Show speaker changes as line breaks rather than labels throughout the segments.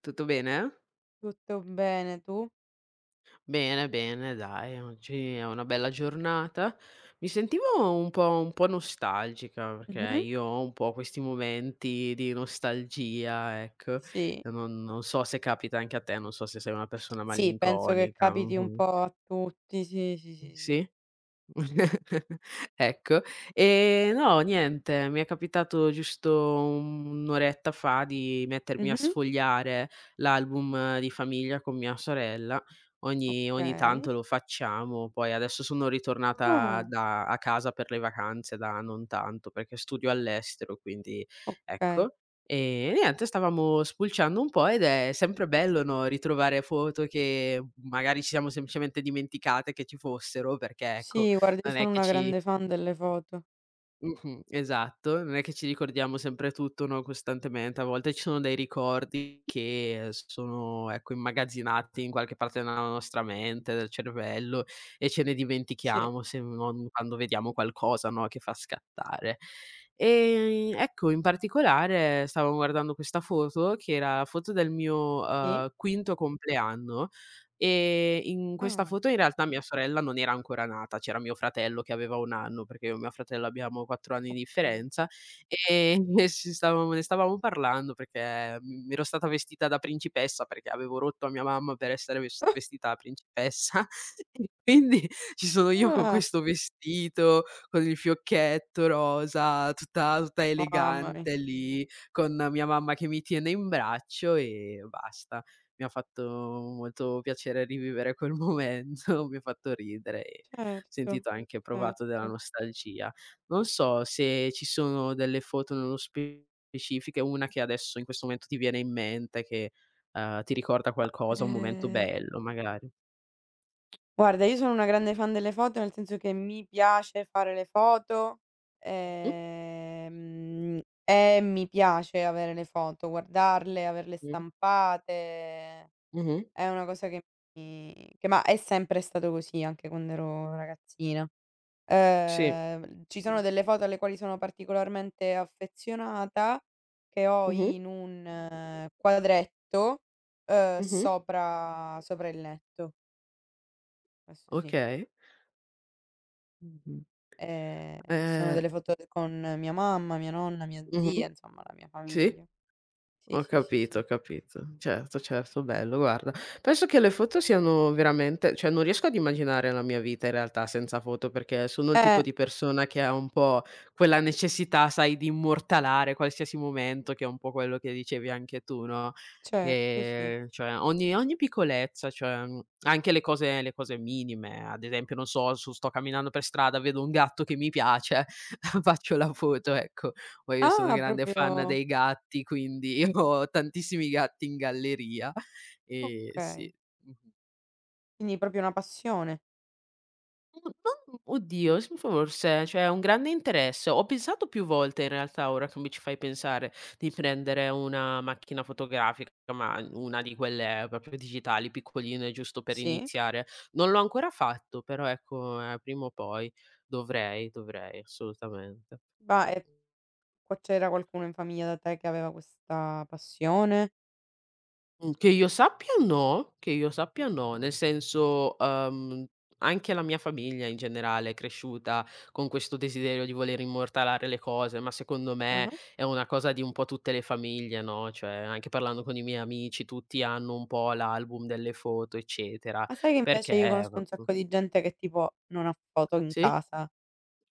Tutto bene?
Tutto bene, tu?
Bene, bene, dai, oggi è una bella giornata. Mi sentivo un po' nostalgica, perché
Mh-mh.
io ho un po' questi momenti di nostalgia, ecco.
Sì.
Non so se capita anche a te, non so se sei una persona
Sì, penso che
malinconica.
capiti un
Mh-mh.
po' a tutti, sì, sì, sì, sì.
Sì? Ecco. No niente, mi è capitato giusto 1 oretta fa di mettermi a
Mh-mh.
sfogliare l'album di famiglia con mia sorella. Ogni
Okay.
tanto lo facciamo, poi adesso sono ritornata
Ah,
da a casa per le vacanze da non tanto, perché studio all'estero, quindi
okay.
ecco. E niente, stavamo spulciando un po' ed è sempre bello, no, ritrovare foto che magari ci siamo semplicemente dimenticate che ci fossero, perché ecco
Sì, guarda, io
non è
sono
che
una
ci
grande fan delle foto.
mh-mh, esatto, non è che ci ricordiamo sempre tutto, no, costantemente, a volte ci sono dei ricordi che sono, ecco, immagazzinati in qualche parte della nostra mente, del cervello e ce ne
Sì.
dimentichiamo se non quando vediamo qualcosa, no, che fa scattare. Ecco, in particolare stavo guardando questa foto che era la foto del mio,
Sì?
quinto compleanno. In questa
Ah,
foto in realtà mia sorella non era ancora nata, c'era mio fratello che aveva 1 anno, perché io e mio fratello abbiamo 4 anni di
okay.
differenza, e ci stavamo ne stavamo parlando perché, ero stata vestita da principessa, perché avevo rotto a mia mamma per essere vestita da principessa e quindi ci sono io con
Ah,
questo vestito, con il fiocchetto rosa, tutta
ah, mamma mia.
elegante lì, con mia mamma che mi tiene in braccio e basta. Mi ha fatto molto piacere rivivere quel momento, mi ha fatto ridere e ho
Certo,
sentito anche provato
certo.
della nostalgia. Non so se ci sono delle foto nello specifiche, una che adesso in questo momento ti viene in mente che, ti ricorda
Ma,
qualcosa, un momento
ehm
bello magari.
guarda, io sono una grande fan delle foto, nel senso che mi piace fare le foto,
Mh-mh,
e mi piace avere le foto, guardarle, averle
mh,
stampate.
mh-mh,
È una cosa che mi che ma è sempre stato così, anche quando ero ragazzina.
sì,
Ci sono delle foto alle quali sono particolarmente affezionata, che ho
mh-mh,
in un quadretto,
mh-mh.
sopra il letto, questo sì.
Okay. Mh-mh.
Sono
Ehm
delle foto d con mia mamma, mia nonna, mia
Mh-mh,
zia, insomma la mia
sì.
famiglia. Sì,
Ho
sì, sì,
capito,
sì.
ho capito. Certo, certo, bello guarda. Penso che le foto siano veramente cioè non riesco ad immaginare la mia vita in realtà senza foto, perché sono il tipo
Eh,
di persona che ha un po' quella necessità, sai, di immortalare qualsiasi momento, che è un po' quello che dicevi anche tu, no,
certo, sì.
cioè ogni piccolezza, cioè, anche le cose minime, ad esempio non so, su sto camminando per strada, vedo un gatto che mi piace, faccio la foto, ecco. Poi io sono
Ah,
grande fan
proprio
dei gatti, quindi ho tantissimi gatti in galleria, sì.
okay.
Mh-mh.
Quindi proprio una passione.
Mhmm, non oddio, s forse, cioè un grande interesse. Ho pensato più volte in realtà, ora che mi ci fai pensare, di prendere una macchina fotografica, ma una di quelle proprio digitali, piccoline, giusto per
Sì.
iniziare. Non l'ho ancora fatto, però ecco, prima o poi dovrei assolutamente.
Ma
Mh-mh.
qua c'era qualcuno in famiglia da te che aveva questa passione?
Mhmm, che io sappia no, che io sappia no.
Okay.
Nel senso, anche la mia famiglia in generale è cresciuta con questo desiderio di voler immortalare le cose, ma secondo me
Ah-ah.
è una cosa di un po' tutte le famiglie, no, cioè anche parlando con i miei amici, tutti hanno un po' l'album delle foto, eccetera,
Ma sai che invece io
perché
conosco
va
un
mh.
sacco di gente che tipo non ha foto in
Sì?
casa,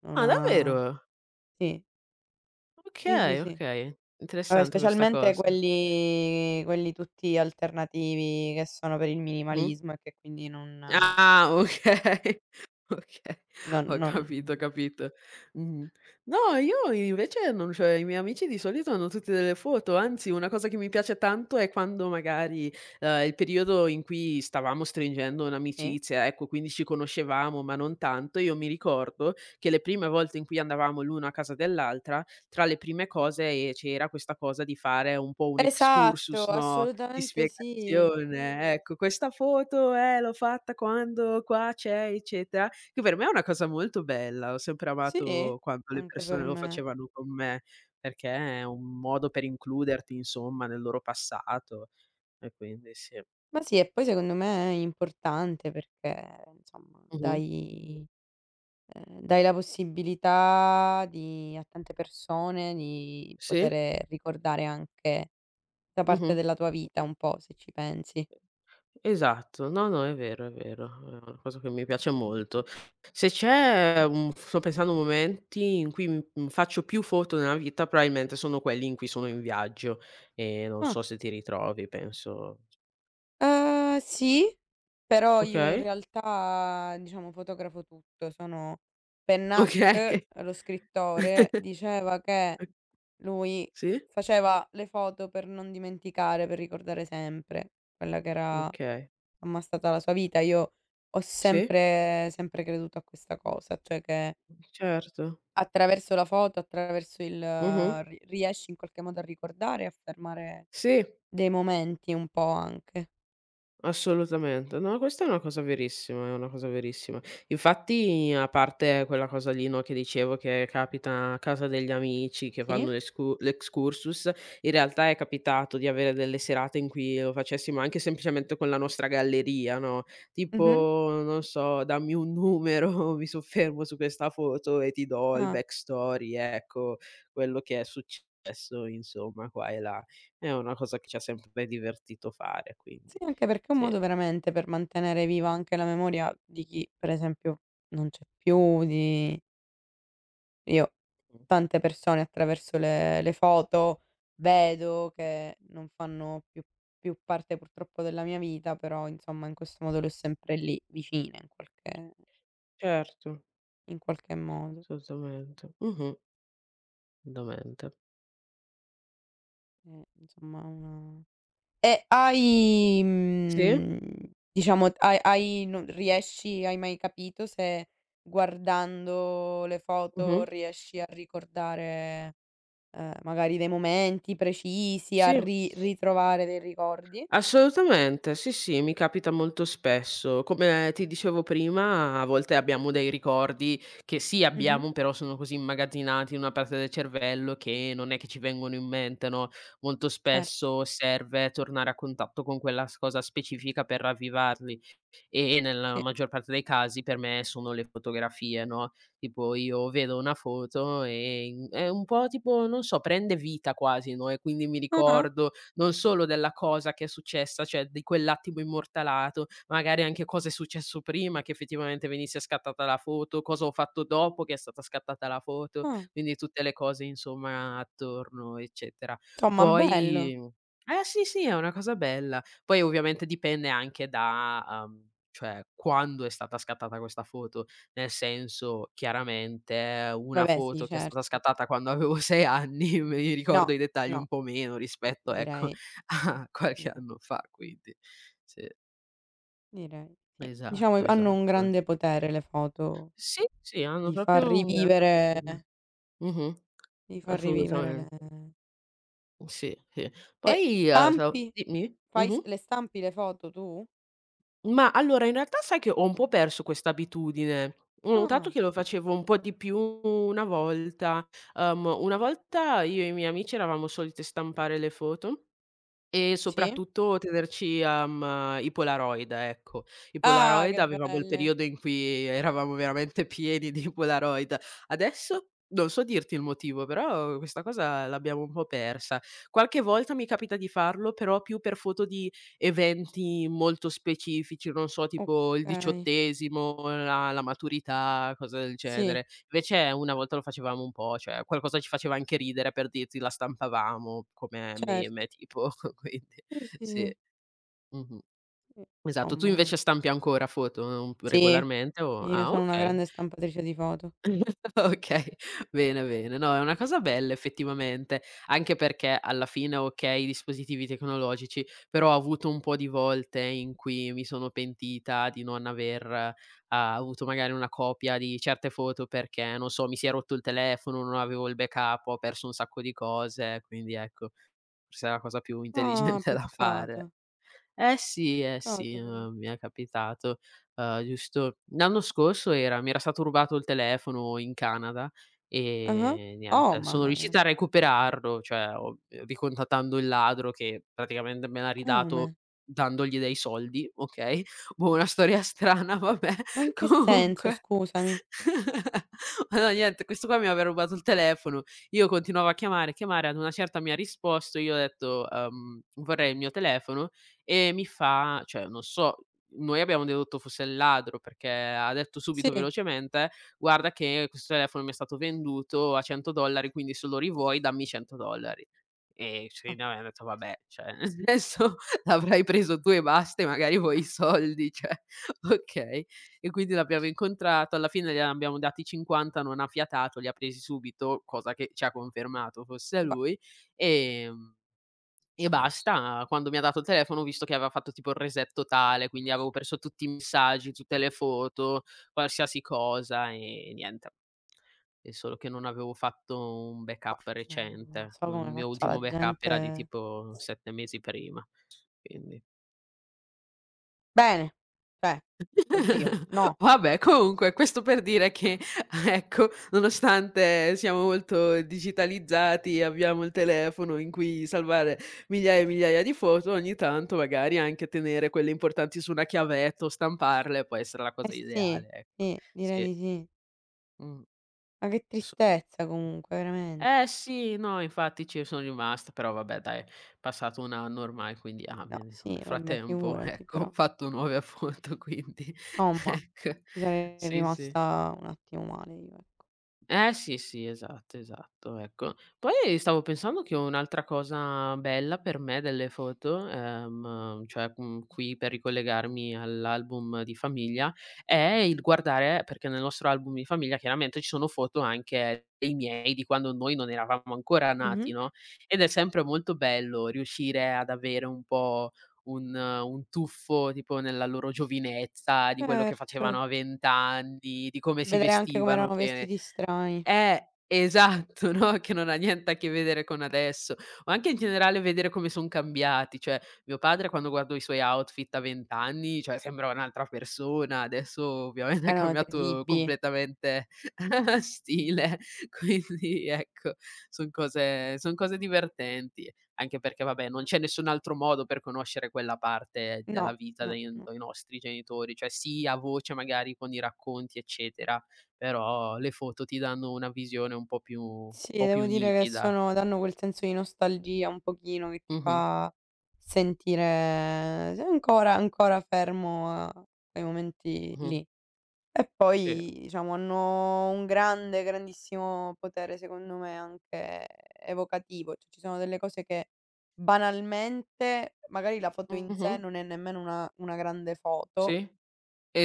non
Ah
ha
davvero?
sì, sì, sì,
Okay,
sì.
okay.
Vabbè,
Interessante questa
specialmente
cosa.
quelli tutti alternativi che sono per il
Mh-mh.
minimalismo e che quindi non
Ah, okay, okay.
non
Ho
non
capito, ho capito. Mh-mh. No, io invece non cioè i miei amici di solito hanno tutti delle foto, anzi una cosa che mi piace tanto è quando magari, il periodo in cui stavamo stringendo
sì.
un'amicizia, ecco, quindi ci conoscevamo ma non tanto, io mi ricordo che le prime volte in cui andavamo l'uno a casa dell'altra, tra le prime cose, c'era questa cosa di fare un po' un
Esatto,
excursus, no, di
assolutamente sì.
spiegazione. Ecco, questa foto, l'ho fatta quando qua c'è, eccetera, che per me è una cosa molto bella. Ho sempre
Sì,
amato quando le
anche per
persone lo
me.
facevano con me, perché è un modo per includerti, insomma, nel loro passato e quindi sì.
Ma sì, e poi secondo me è importante perché insomma
Mh-mh.
dai dai la possibilità di a tante persone di
Sì.
poter ricordare anche questa parte
Mh-mh.
della tua vita un po', se ci pensi.
Esatto, no, no, è vero, è vero, è una cosa che mi piace molto. Se c'è un sto pensando a momenti in cui, faccio più foto nella vita, probabilmente sono quelli in cui sono in viaggio e non
Ah,
so se ti ritrovi, penso
sì. Però io in
okay,
realtà, diciamo, fotografo tutto. Sono Pennac,
okay,
lo scrittore, diceva che lui
sì,
faceva le foto per non dimenticare, per ricordare sempre quella che era
okay,
ormai stata la sua vita. Io ho
sì,
sempre creduto a questa cosa, cioè che
certo,
attraverso la foto, attraverso il
mh-mh,
ri riesci in qualche modo a ricordare e a fermare
sì.
dei momenti un po' anche.
Assolutamente. No, questa è una cosa verissima, è una cosa verissima. Infatti, a parte quella cosa lì, no, che dicevo che capita a casa degli amici che fanno
Sì?
l'excursus, in realtà è capitato di avere delle serate in cui lo facessimo anche semplicemente con la nostra galleria, no,
Mh-mh.
tipo, non so: "Dammi un numero, mi soffermo su questa foto e ti do il
Ah.
backstory", ecco, quello che è successo insomma qua e là. È una cosa che ci ha sempre divertito fare, quindi
Sì, anche perché è un
sì.
modo veramente per mantenere viva anche la memoria di chi, per esempio, non c'è più, di io
Mh.
tante persone attraverso le foto vedo che non fanno più parte purtroppo della mia vita, però insomma in questo modo le ho sempre lì vicine
Certo,
in qualche modo.
assolutamente. Mh-mh. Assolutamente.
E insomma una E hai,
Sì,
diciamo hai hai non riesci hai mai capito se guardando le
mh-mh.
foto riesci a ricordare, magari dei momenti precisi, a
Sì,
ri ritrovare dei ricordi?
assolutamente. Sì, sì, mi capita molto spesso. Come ti dicevo prima, a volte abbiamo dei ricordi che sì
Mh-mh.
abbiamo, però sono così immagazzinati in una parte del cervello che non è che ci vengono in mente, no, molto
Certo,
spesso serve tornare a contatto con quella s cosa specifica per ravvivarli. Nella
sì.
maggior parte dei casi per me sono le fotografie, no, tipo io vedo una foto e in è un po' tipo, non so, prende vita quasi, no, e quindi mi
Ah-ah,
ricordo non solo della cosa che è successa, cioè di quell'attimo immortalato, magari anche cosa è successo prima che effettivamente venisse scattata la foto, cosa ho fatto dopo che è stata scattata la foto,
ah.
quindi tutte le cose insomma attorno, eccetera.
Insomma bello.
Poi eh sì, sì, è una cosa bella. Poi ovviamente dipende anche da, cioè quando è stata scattata questa foto, nel senso chiaramente una
Vabbè sì,
foto che è stata
certo.
scattata quando avevo 6 anni, mi ricordo i
No,
dettagli
no,
un po' meno
mhmm,
rispetto, ecco,
direi
a qualche
direi
anno fa, quindi sì.
direi sì. Diciamo
Esatto,
hanno un
esatto, eh.
grande potere le foto
Sì, sì, hanno
di far
proprio un grande
rivivere.
potere. Mh-mh,
Mi fa rivivere le
assolutamente. Sì, sì.
E
Poi,
stampi?
dimmi?
Fai s
Mh-mh.
le stampi le foto tu?
Ma allora in realtà sai che ho un po' perso questa abitudine. Ho notato
Ah,
che lo facevo un po' di più una volta. Una volta io e i miei amici eravamo soliti stampare le foto e
sì?
soprattutto tenerci, i Polaroid, ecco. I
Ah,
Polaroid
che
avevamo il
belle.
periodo in cui eravamo veramente pieni di Polaroid. Adesso non so dirti il motivo, però questa cosa l'abbiamo un po' persa. Qualche volta mi capita di farlo, però più per foto di eventi molto specifici, non so, tipo il
Okay.
diciottesimo, la maturità, cose del
Sì,
genere. Invece una volta lo facevamo un po', cioè qualcosa ci faceva anche ridere per dirti, la stampavamo come meme
certo.
tipo, quindi
Sì, sì,
sì.
sì,
Mh-mh.
sì,
Esatto. Tu
insomma
invece stampi ancora foto,
sì,
regolarmente o
io
ah
sono una
okay.
grande stampatrice di foto.
Okay, bene, bene. No, è una cosa bella effettivamente, anche perché alla fine, okay, i dispositivi tecnologici, però ho avuto un po' di volte in cui mi sono pentita di non aver, avuto magari una copia di certe foto perché, non so, mi si è rotto il telefono, non avevo il backup, ho perso un sacco di cose, quindi ecco, forse è la cosa più
Ah,
intelligente da fare.
peccato,
Sì, eh sì,
peccato però.
mi è capitato, giusto l'anno scorso era mi era stato rubato il telefono in Canada,
Ah-ah.
e
Oh,
niente, sono
mamma mia.
riuscita a recuperarlo, cioè ho ricontattando il ladro che praticamente me l'ha ridato
Come?
dandogli dei soldi, okay, boh, una storia strana, vabbè,
Ma in che senso
comunque
scusami?
allora niente, questo qua mi aveva rubato il telefono, io continuavo a chiamare, chiamare, ad una certa mi ha risposto, io ho detto: vorrei il mio telefono", e mi fa cioè non so, noi abbiamo dedotto fosse il ladro perché ha detto subito
Sì.
velocemente: "Guarda che questo telefono mi è stato venduto a 100 dollari, quindi se lo rivuoi dammi 100 dollari". E sì,
Ah,
noi abbiamo detto: "Vabbè, cioè nel senso l'avrai preso tu e basta e magari vuoi i soldi, cioè okay". E quindi l'abbiamo incontrato, alla fine gliene abbiamo dati 50, non ha fiatato, li ha presi subito, cosa che ci ha confermato fosse
bah
lui, ehm e basta, quando mi ha dato il telefono ho visto che aveva fatto tipo il reset totale, quindi avevo perso tutti i messaggi, tutte le foto, qualsiasi cosa e niente. E solo che non avevo fatto un backup
bah, non
recente.
so
Il
come
mio
faccia
ultimo
la
backup era di
gente.
tipo 7 mesi prima, quindi
Bene, cioè, oddio, no.
vabbè, comunque questo per dire che, ecco, nonostante siamo molto digitalizzati, abbiamo il telefono in cui salvare migliaia e migliaia di foto, ogni tanto magari anche tenere quelle importanti su una chiavetta o stamparle può essere la
Eh
cosa
sì,
ideale, ecco.
sì, direi
Sì.
di sì.
Mh.
Ma che
Assolutamen
tristezza comunque, veramente.
eh sì, no, infatti ci sono rimasta, però vabbè dai, è passato 1 anno ormai, quindi ah,
No,
me ne nel
sì, vabbè,
frattempo,
figurati,
ecco, ho
però
fatto nuove foto quindi
insomma
ecco.
ci sarei
Sì, sì.
rimasta un attimo male io, ecco.
Eh sì, sì, esatto, esatto, ecco. Poi stavo pensando che un'altra cosa bella per me delle foto, cioè, qui per ricollegarmi all'album di famiglia, è il guardare perché nel nostro album di famiglia chiaramente ci sono foto anche dei miei, di quando noi non eravamo ancora
Mh-mh,
nati, no, ed è sempre molto bello riuscire ad avere un po' un tuffo tipo nella loro giovinezza, di quello che facevano
certo.
a 20 anni, di come si
Vedere anche come
vestivano
erano
che
vestiti strani.
esatto, no, che non ha niente a che vedere con adesso, ma anche in generale vedere come son cambiati, cioè mio padre quando guardo i suoi outfit a 20 anni, cioè sembrava un'altra persona, adesso ovviamente ha
Erano
cambiato
terribili.
completamente stile, quindi ecco, son cose divertenti, anche perché vabbè, non c'è nessun altro modo per conoscere quella parte della
No,
vita
no, no.
dei nostri genitori, cioè sì a voce magari con i racconti eccetera, però le foto ti danno una visione un
Sì,
po' più
devo dire che
nitida.
sono danno quel senso di nostalgia un pochino che ti
Mh-mh,
fa sentire sei ancora fermo a quei momenti
mh-mh.
lì. E
Sì.
poi diciamo hanno un grande, grandissimo potere secondo me anche evocativo, cioè ci sono delle cose che banalmente magari la foto in sé
Mh-mh.
non è nemmeno una grande foto,
Sì,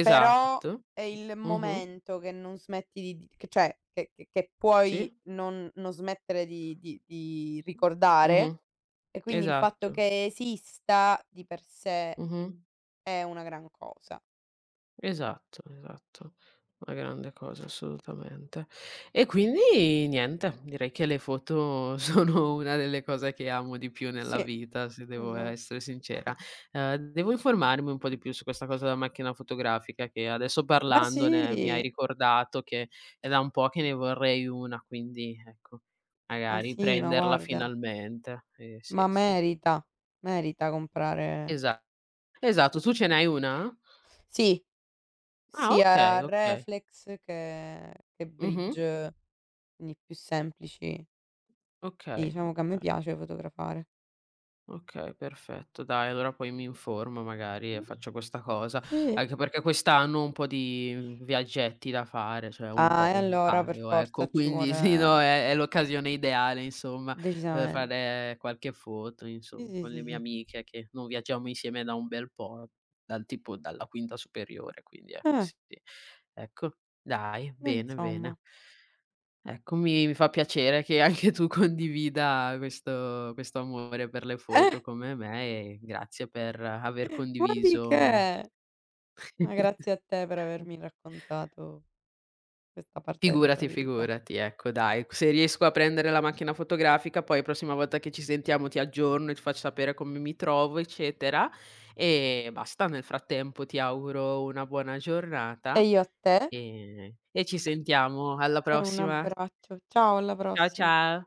però è il
Mh-mh.
momento che non smetti di che cioè, che
Sì,
puoi non smettere di
mh-mh,
ricordare, e quindi il fatto
esatto.
che esista di per sé
Mh-mh.
è una gran cosa.
Esatto, esatto. Una grande cosa, assolutamente. E quindi niente, direi che le foto sono una delle cose che amo di più nella
Sì,
vita, se devo
esa
essere sincera. Devo informarmi un po' di più su questa cosa della macchina fotografica che adesso
ma
parlandone mi hai
sì,
ricordato che è da un po' che ne vorrei una, quindi ecco,
ma
magari
sì, ma
prenderla
guarda,
finalmente. Sì,
ma
sì.
merita, merita comprare
Esa esatto, tu ce n'hai una?
sì,
Ah
sia
okay, okay.
reflex che
Mh-mh.
bridge, quindi più semplici. Sì,
Okay,
diciamo che a me
okay,
piace fotografare.
okay, perfetto. Dai, allora poi mi informo magari e faccio questa cosa,
Sì.
anche perché quest'anno ho un po' di viaggetti da fare, cioè un
Ah,
po',
e
un
allora per
paio,
forza
ecco,
ci
quindi sì, no,
vuole
è l'occasione ideale insomma per
decisamente.
fare qualche foto,
Sì,
insom
sì,
con
sì,
le mie
sì.
amiche che non viaggiamo insieme da un bel po', dal tipo dalla quinta superiore, quindi ecco,
Eh,
sì. Ecco, dai,
e
bene,
insomma.
bene. Ecco, mi fa piacere che anche tu condivida questo amore per le
Eh,
foto come me e grazie per aver
ma di
condiviso
che? Ma grazie a te per avermi raccontato questa parte della tua
figurati,
vita.
figurati, ecco dai. Se riesco a prendere la macchina fotografica poi la prossima volta che ci sentiamo ti aggiorno e ti faccio sapere come mi trovo, eccetera. E basta, nel frattempo ti auguro una buona
E
giornata
io a te
e ci sentiamo alla
e un
prossima.
abbraccio. Ciao, alla
Ciao,
prossima.
ciao.